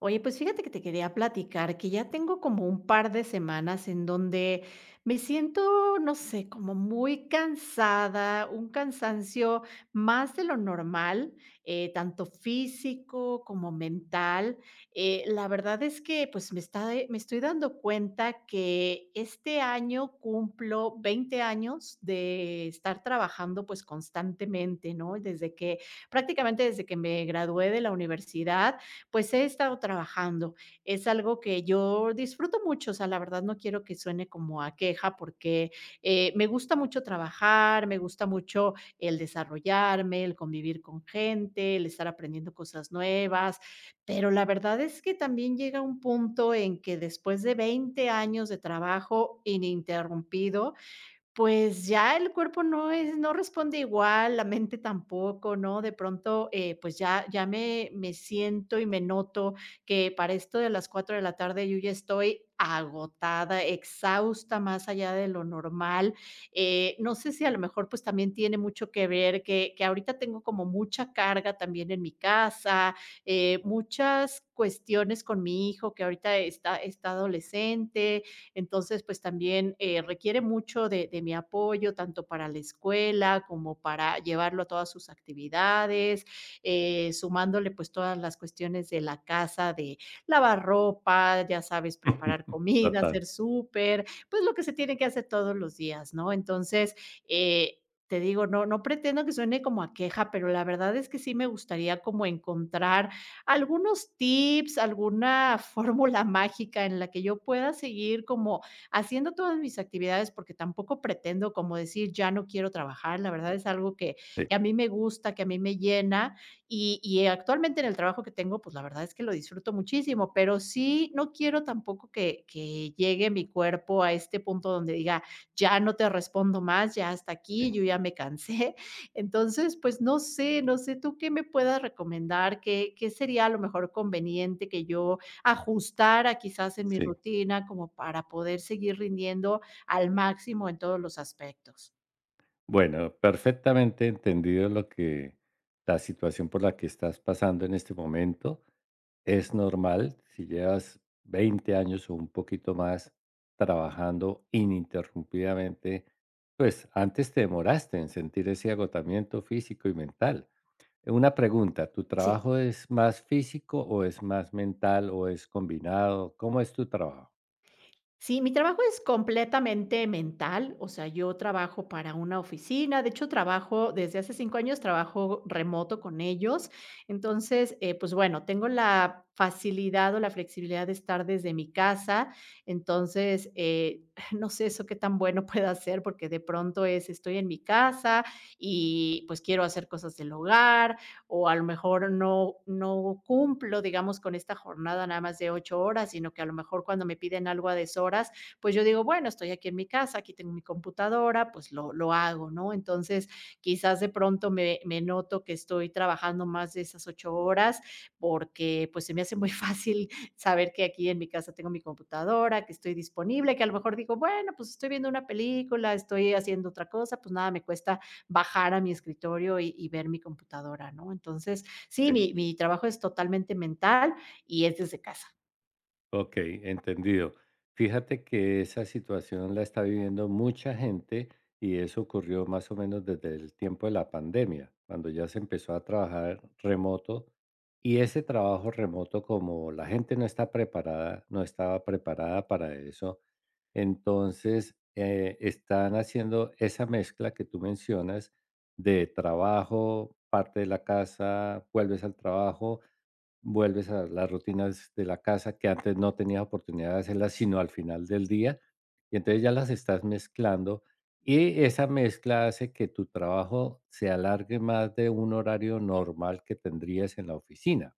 Oye, pues fíjate que te quería platicar que ya tengo como un par de semanas en donde me siento, no sé, como muy cansada, un cansancio más de lo normal, tanto físico como mental. La verdad es que pues me estoy dando cuenta que este año cumplo 20 años de estar trabajando pues constantemente, ¿no? Desde que, prácticamente desde que me gradué de la universidad pues he estado trabajando. Es algo que yo disfruto mucho, o sea, la verdad no quiero que suene como a queja porque me gusta mucho trabajar, me gusta mucho el desarrollarme, el convivir con gente, el estar aprendiendo cosas nuevas, pero la verdad es que también llega un punto en que después de 20 años de trabajo ininterrumpido, pues ya el cuerpo no responde igual, la mente tampoco, ¿no? De pronto, pues ya me siento y me noto que para esto de las 4 de la tarde yo ya estoy agotada, exhausta más allá de lo normal. No sé si a lo mejor, pues, también tiene mucho que ver que ahorita tengo como mucha carga también en mi casa, muchas cuestiones con mi hijo que ahorita está adolescente, entonces, pues también requiere mucho de mi apoyo, tanto para la escuela como para llevarlo a todas sus actividades, sumándole pues todas las cuestiones de la casa, de lavar ropa, ya sabes, preparar comida, Total, hacer súper, pues lo que se tiene que hacer todos los días, ¿no? Entonces, eh, te digo, no, no pretendo que suene como a queja, pero la verdad es que sí me gustaría como encontrar algunos tips, alguna fórmula mágica en la que yo pueda seguir como haciendo todas mis actividades, porque tampoco pretendo como decir, ya no quiero trabajar, la verdad es algo que, sí, a mí me gusta, que a mí me llena y actualmente en el trabajo que tengo, pues la verdad es que lo disfruto muchísimo, pero sí no quiero tampoco que, llegue mi cuerpo a este punto donde diga, ya no te respondo más, ya hasta sí, aquí, yo ya me cansé, entonces, pues no sé, no sé tú qué me puedas recomendar, qué, sería a lo mejor conveniente que yo ajustara quizás en mi sí. rutina como para poder seguir rindiendo al máximo en todos los aspectos. Bueno, perfectamente entendido lo que la situación por la que estás pasando en este momento. Es normal si llevas 20 años o un poquito más trabajando ininterrumpidamente, pues antes te demoraste en sentir ese agotamiento físico y mental. Una pregunta, ¿tu Sí, trabajo es más físico o es más mental o es combinado? ¿Cómo es tu trabajo? sí, mi trabajo es completamente mental, o sea, yo trabajo para una oficina, de hecho trabajo desde hace 5 años, trabajo remoto con ellos, entonces, pues bueno, tengo la facilidad o la flexibilidad de estar desde mi casa, entonces, no sé eso qué tan bueno pueda ser, porque estoy en mi casa y pues quiero hacer cosas del hogar, o a lo mejor no, no cumplo, digamos, con esta jornada nada más de 8 horas, sino que a lo mejor cuando me piden algo a deshoras, pues yo digo, bueno, estoy aquí en mi casa, aquí tengo mi computadora, pues lo, hago, ¿no? Entonces, quizás de pronto me, noto que estoy trabajando más de esas 8 horas porque pues se me hace muy fácil saber que aquí en mi casa tengo mi computadora, que estoy disponible, que a lo mejor digo, bueno, pues estoy viendo una película, estoy haciendo otra cosa, pues nada, me cuesta bajar a mi escritorio y ver mi computadora, ¿no? Entonces, sí, Sí. mi, trabajo es totalmente mental y es desde casa. Ok, entendido. Fíjate que esa situación la está viviendo mucha gente y eso ocurrió más o menos desde el tiempo de la pandemia, cuando ya se empezó a trabajar remoto y ese trabajo remoto, como la gente no está preparada, no estaba preparada para eso, entonces están haciendo esa mezcla que tú mencionas de trabajo, parte de la casa, vuelves al trabajo. Vuelves a las rutinas de la casa que antes no tenías oportunidad de hacerlas, sino al final del día, y entonces ya las estás mezclando, y esa mezcla hace que tu trabajo se alargue más de un horario normal que tendrías en la oficina.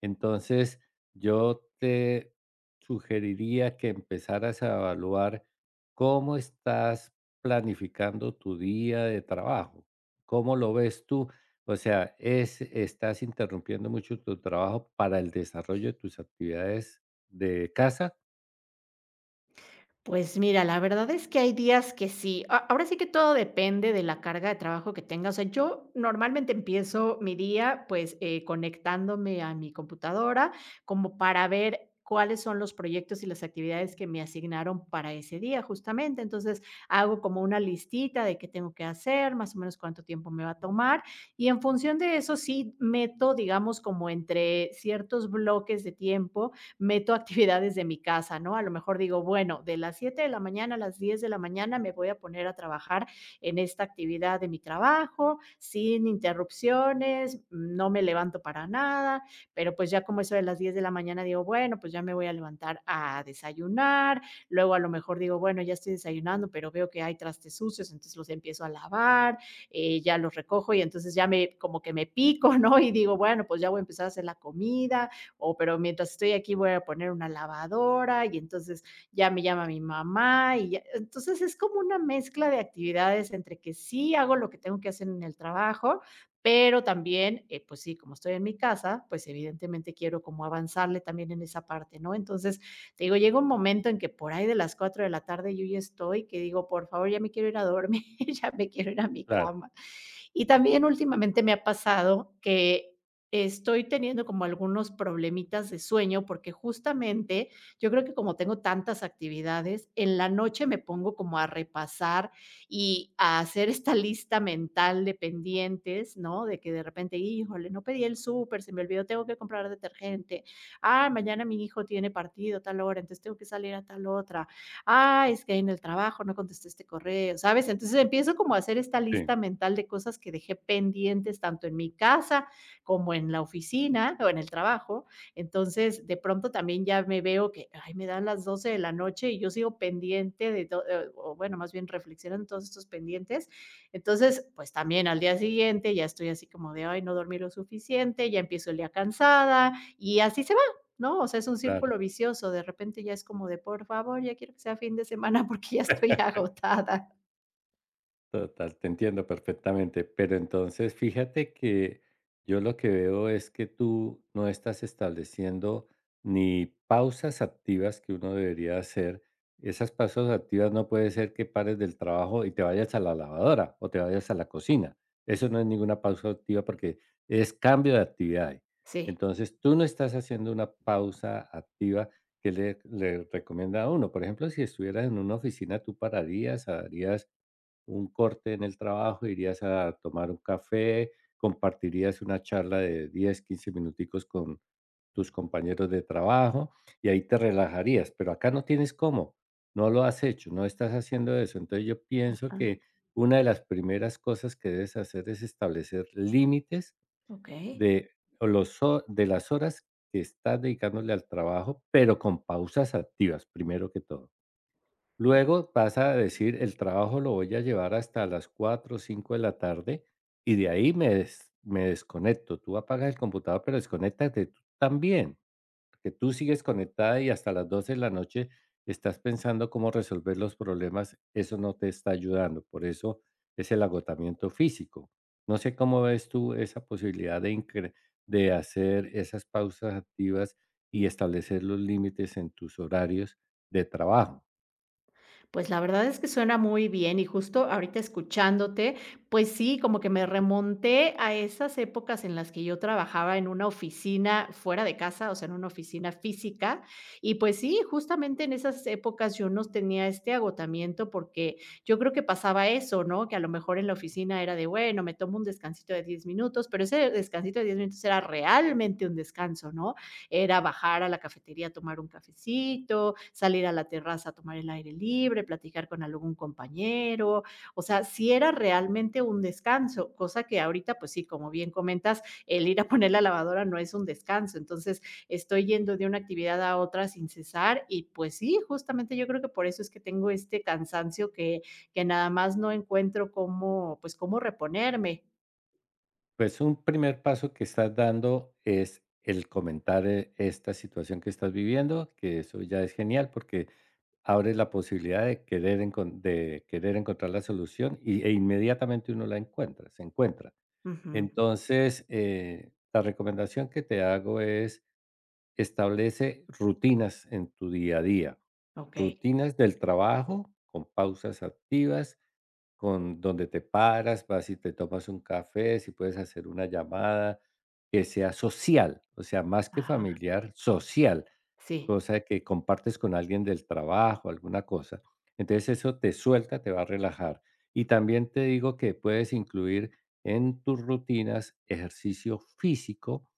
Entonces, yo te sugeriría que empezaras a evaluar cómo estás planificando tu día de trabajo. ¿Cómo lo ves tú? O sea, es, ¿estás interrumpiendo mucho tu trabajo para el desarrollo de tus actividades de casa? Pues mira, la verdad es que hay días que sí. A Ahora sí que todo depende de la carga de trabajo que tenga. O sea, yo normalmente empiezo mi día, pues, conectándome a mi computadora como para ver cuáles son los proyectos y las actividades que me asignaron para ese día, justamente. Entonces, hago como una listita de qué tengo que hacer, más o menos cuánto tiempo me va a tomar, y en función de eso sí meto, digamos, como entre ciertos bloques de tiempo meto actividades de mi casa, ¿no? A lo mejor digo, bueno, de las 7 de la mañana a las 10 de la mañana me voy a poner a trabajar en esta actividad de mi trabajo, sin interrupciones, no me levanto para nada, pero pues ya como eso de las 10 de la mañana digo, bueno, pues ya me voy a levantar a desayunar, luego a lo mejor digo, bueno, ya estoy desayunando, pero veo que hay trastes sucios, entonces los empiezo a lavar, ya los recojo y entonces ya me como que me pico, ¿no? Y digo, bueno, pues ya voy a empezar a hacer la comida, o pero mientras estoy aquí voy a poner una lavadora y entonces ya me llama mi mamá y ya. Entonces es como una mezcla de actividades entre que sí hago lo que tengo que hacer en el trabajo, pero también, pues sí, como estoy en mi casa, pues evidentemente quiero como avanzarle también en esa parte, ¿no? Entonces, te digo, llega un momento en que por ahí de las 4 de la tarde yo ya estoy, que digo, por favor, ya me quiero ir a dormir, ya me quiero ir a mi Claro, cama. Y también últimamente me ha pasado que estoy teniendo como algunos problemitas de sueño, porque justamente yo creo que como tengo tantas actividades, en la noche me pongo como a repasar y a hacer esta lista mental de pendientes, ¿no? De que de repente, híjole, no pedí el súper, se me olvidó, tengo que comprar detergente. Ah, mañana mi hijo tiene partido a tal hora, entonces tengo que salir a tal otra. Ah, es que en el trabajo no contesté este correo, ¿sabes? Entonces empiezo como a hacer esta sí, lista mental de cosas que dejé pendientes tanto en mi casa como en la oficina o en el trabajo. Entonces, de pronto también ya me veo que, ay, me dan las 12 de la noche y yo sigo pendiente de todo, o bueno, más bien reflexionando en todos estos pendientes. Entonces, pues también al día siguiente ya estoy así como de, ay, no dormí lo suficiente, ya empiezo el día cansada y así se no, o sea, es un claro. círculo vicioso, de repente ya es como de: "Por favor, ya quiero que sea fin de semana porque ya estoy agotada". Total, te entiendo perfectamente, pero entonces fíjate que yo lo que veo es que tú no estás estableciendo ni pausas activas que uno debería hacer. Esas pausas activas no puede ser que pares del trabajo y te vayas a la lavadora o te vayas a la cocina. Eso no es ninguna pausa activa porque es cambio de actividad. Sí. Entonces tú no estás haciendo una pausa activa que le recomienda a uno. Por ejemplo, si estuvieras en una oficina, tú pararías, harías un corte en el trabajo, irías a tomar un café, compartirías una charla de 10, 15 minuticos con tus compañeros de trabajo y ahí te relajarías, pero acá no tienes cómo, no lo has hecho, no estás haciendo eso. Entonces yo pienso Ajá. que una de las primeras cosas que debes hacer es establecer límites Okey. de, de las horas que estás dedicándole al trabajo, pero con pausas activas, primero que todo. Luego pasa a decir, el trabajo lo voy a llevar hasta las 4 o 5 de la tarde y de ahí me desconecto. Tú apagas el computador, pero desconéctate tú también, que tú sigues conectada y hasta las 12 de la noche estás pensando cómo resolver los problemas, eso no te está ayudando. Por eso es el agotamiento físico. No sé cómo ves tú esa posibilidad de incre de hacer esas pausas activas y establecer los límites en tus horarios de trabajo. Pues la verdad es que suena muy bien y justo ahorita escuchándote, pues sí, como que me remonté a esas épocas en las que yo trabajaba en una oficina fuera de casa, o sea, en una oficina física. Y pues sí, justamente en esas épocas yo no tenía este agotamiento porque yo creo que pasaba eso, ¿no? Que a lo mejor en la oficina era de, bueno, me tomo un descansito de 10 minutos, pero ese descansito de 10 minutos era realmente un descanso, ¿no? Era bajar a la cafetería a tomar un cafecito, salir a la terraza a tomar el aire libre, platicar con algún compañero, o sea, sí era realmente un descanso, cosa que ahorita, pues sí, como bien comentas, el ir a poner la lavadora no es un descanso, entonces estoy yendo de una actividad a otra sin cesar y pues sí, justamente yo creo que por eso es que tengo este cansancio que, nada más no encuentro cómo, pues cómo reponerme. Pues, un primer paso que estás dando es el comentar, esta situación que estás viviendo, que eso ya es genial, porque abre la posibilidad de querer encon de querer encontrar la solución y inmediatamente uno la encuentra, se encuentra. Ujú. Entonces, la recomendación que te hago es establece rutinas en tu día a día, Ok. rutinas del trabajo con pausas activas con donde te paras, vas y te tomas un café, si puedes hacer una llamada, que sea social, o sea, más que Ajá, familiar, social, sí. cosa que compartes con alguien del trabajo, alguna cosa. Entonces eso te suelta, te va a relajar. Y también te digo que puedes incluir en tus rutinas ejercicio físico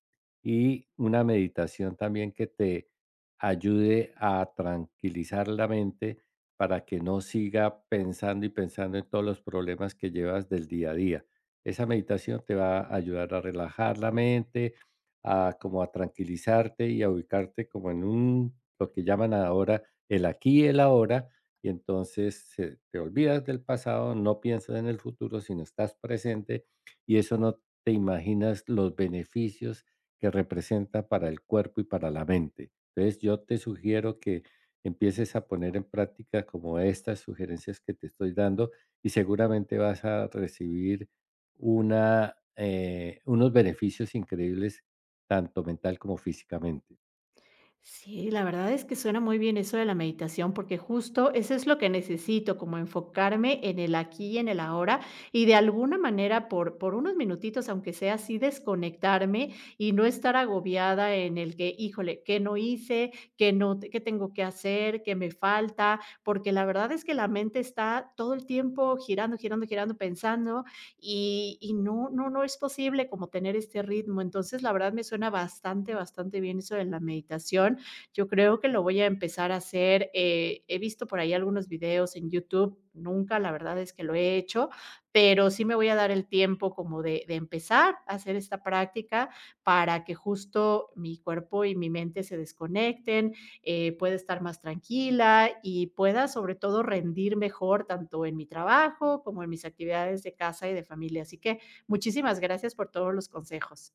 y una meditación también que te ayude a tranquilizar la mente para que no siga pensando y pensando en todos los problemas que llevas del día a día. Esa meditación te va a ayudar a relajar la mente, a como a tranquilizarte y a ubicarte como en un, lo que llaman ahora el aquí y el ahora, y entonces te olvidas del pasado, no piensas en el futuro, sino estás presente y eso no te imaginas los beneficios que representa para el cuerpo y para la mente. Entonces, yo te sugiero que empieces a poner en práctica como estas sugerencias que te estoy dando y seguramente vas a recibir unos beneficios increíbles, tanto mental como físicamente. Sí, la verdad es que suena muy bien eso de la meditación, porque justo eso es lo que necesito, como enfocarme en el aquí y en el ahora, y de alguna manera por, unos minutitos, aunque sea así, desconectarme y no estar agobiada en el que, híjole, ¿qué no hice? ¿Qué no, ¿qué tengo que hacer? ¿Qué me falta? Porque la verdad es que la mente está todo el tiempo girando, girando, girando, pensando y no no es posible como tener este ritmo. Entonces, la verdad me suena bastante, bastante bien eso de la meditación. Yo creo que lo voy a empezar a hacer, he visto por ahí algunos videos en YouTube, nunca, la verdad es que lo he hecho, pero sí me voy a dar el tiempo como de empezar a hacer esta práctica para que justo mi cuerpo y mi mente se desconecten, pueda estar más tranquila y pueda sobre todo rendir mejor tanto en mi trabajo como en mis actividades de casa y de familia. Así que muchísimas gracias por todos los consejos.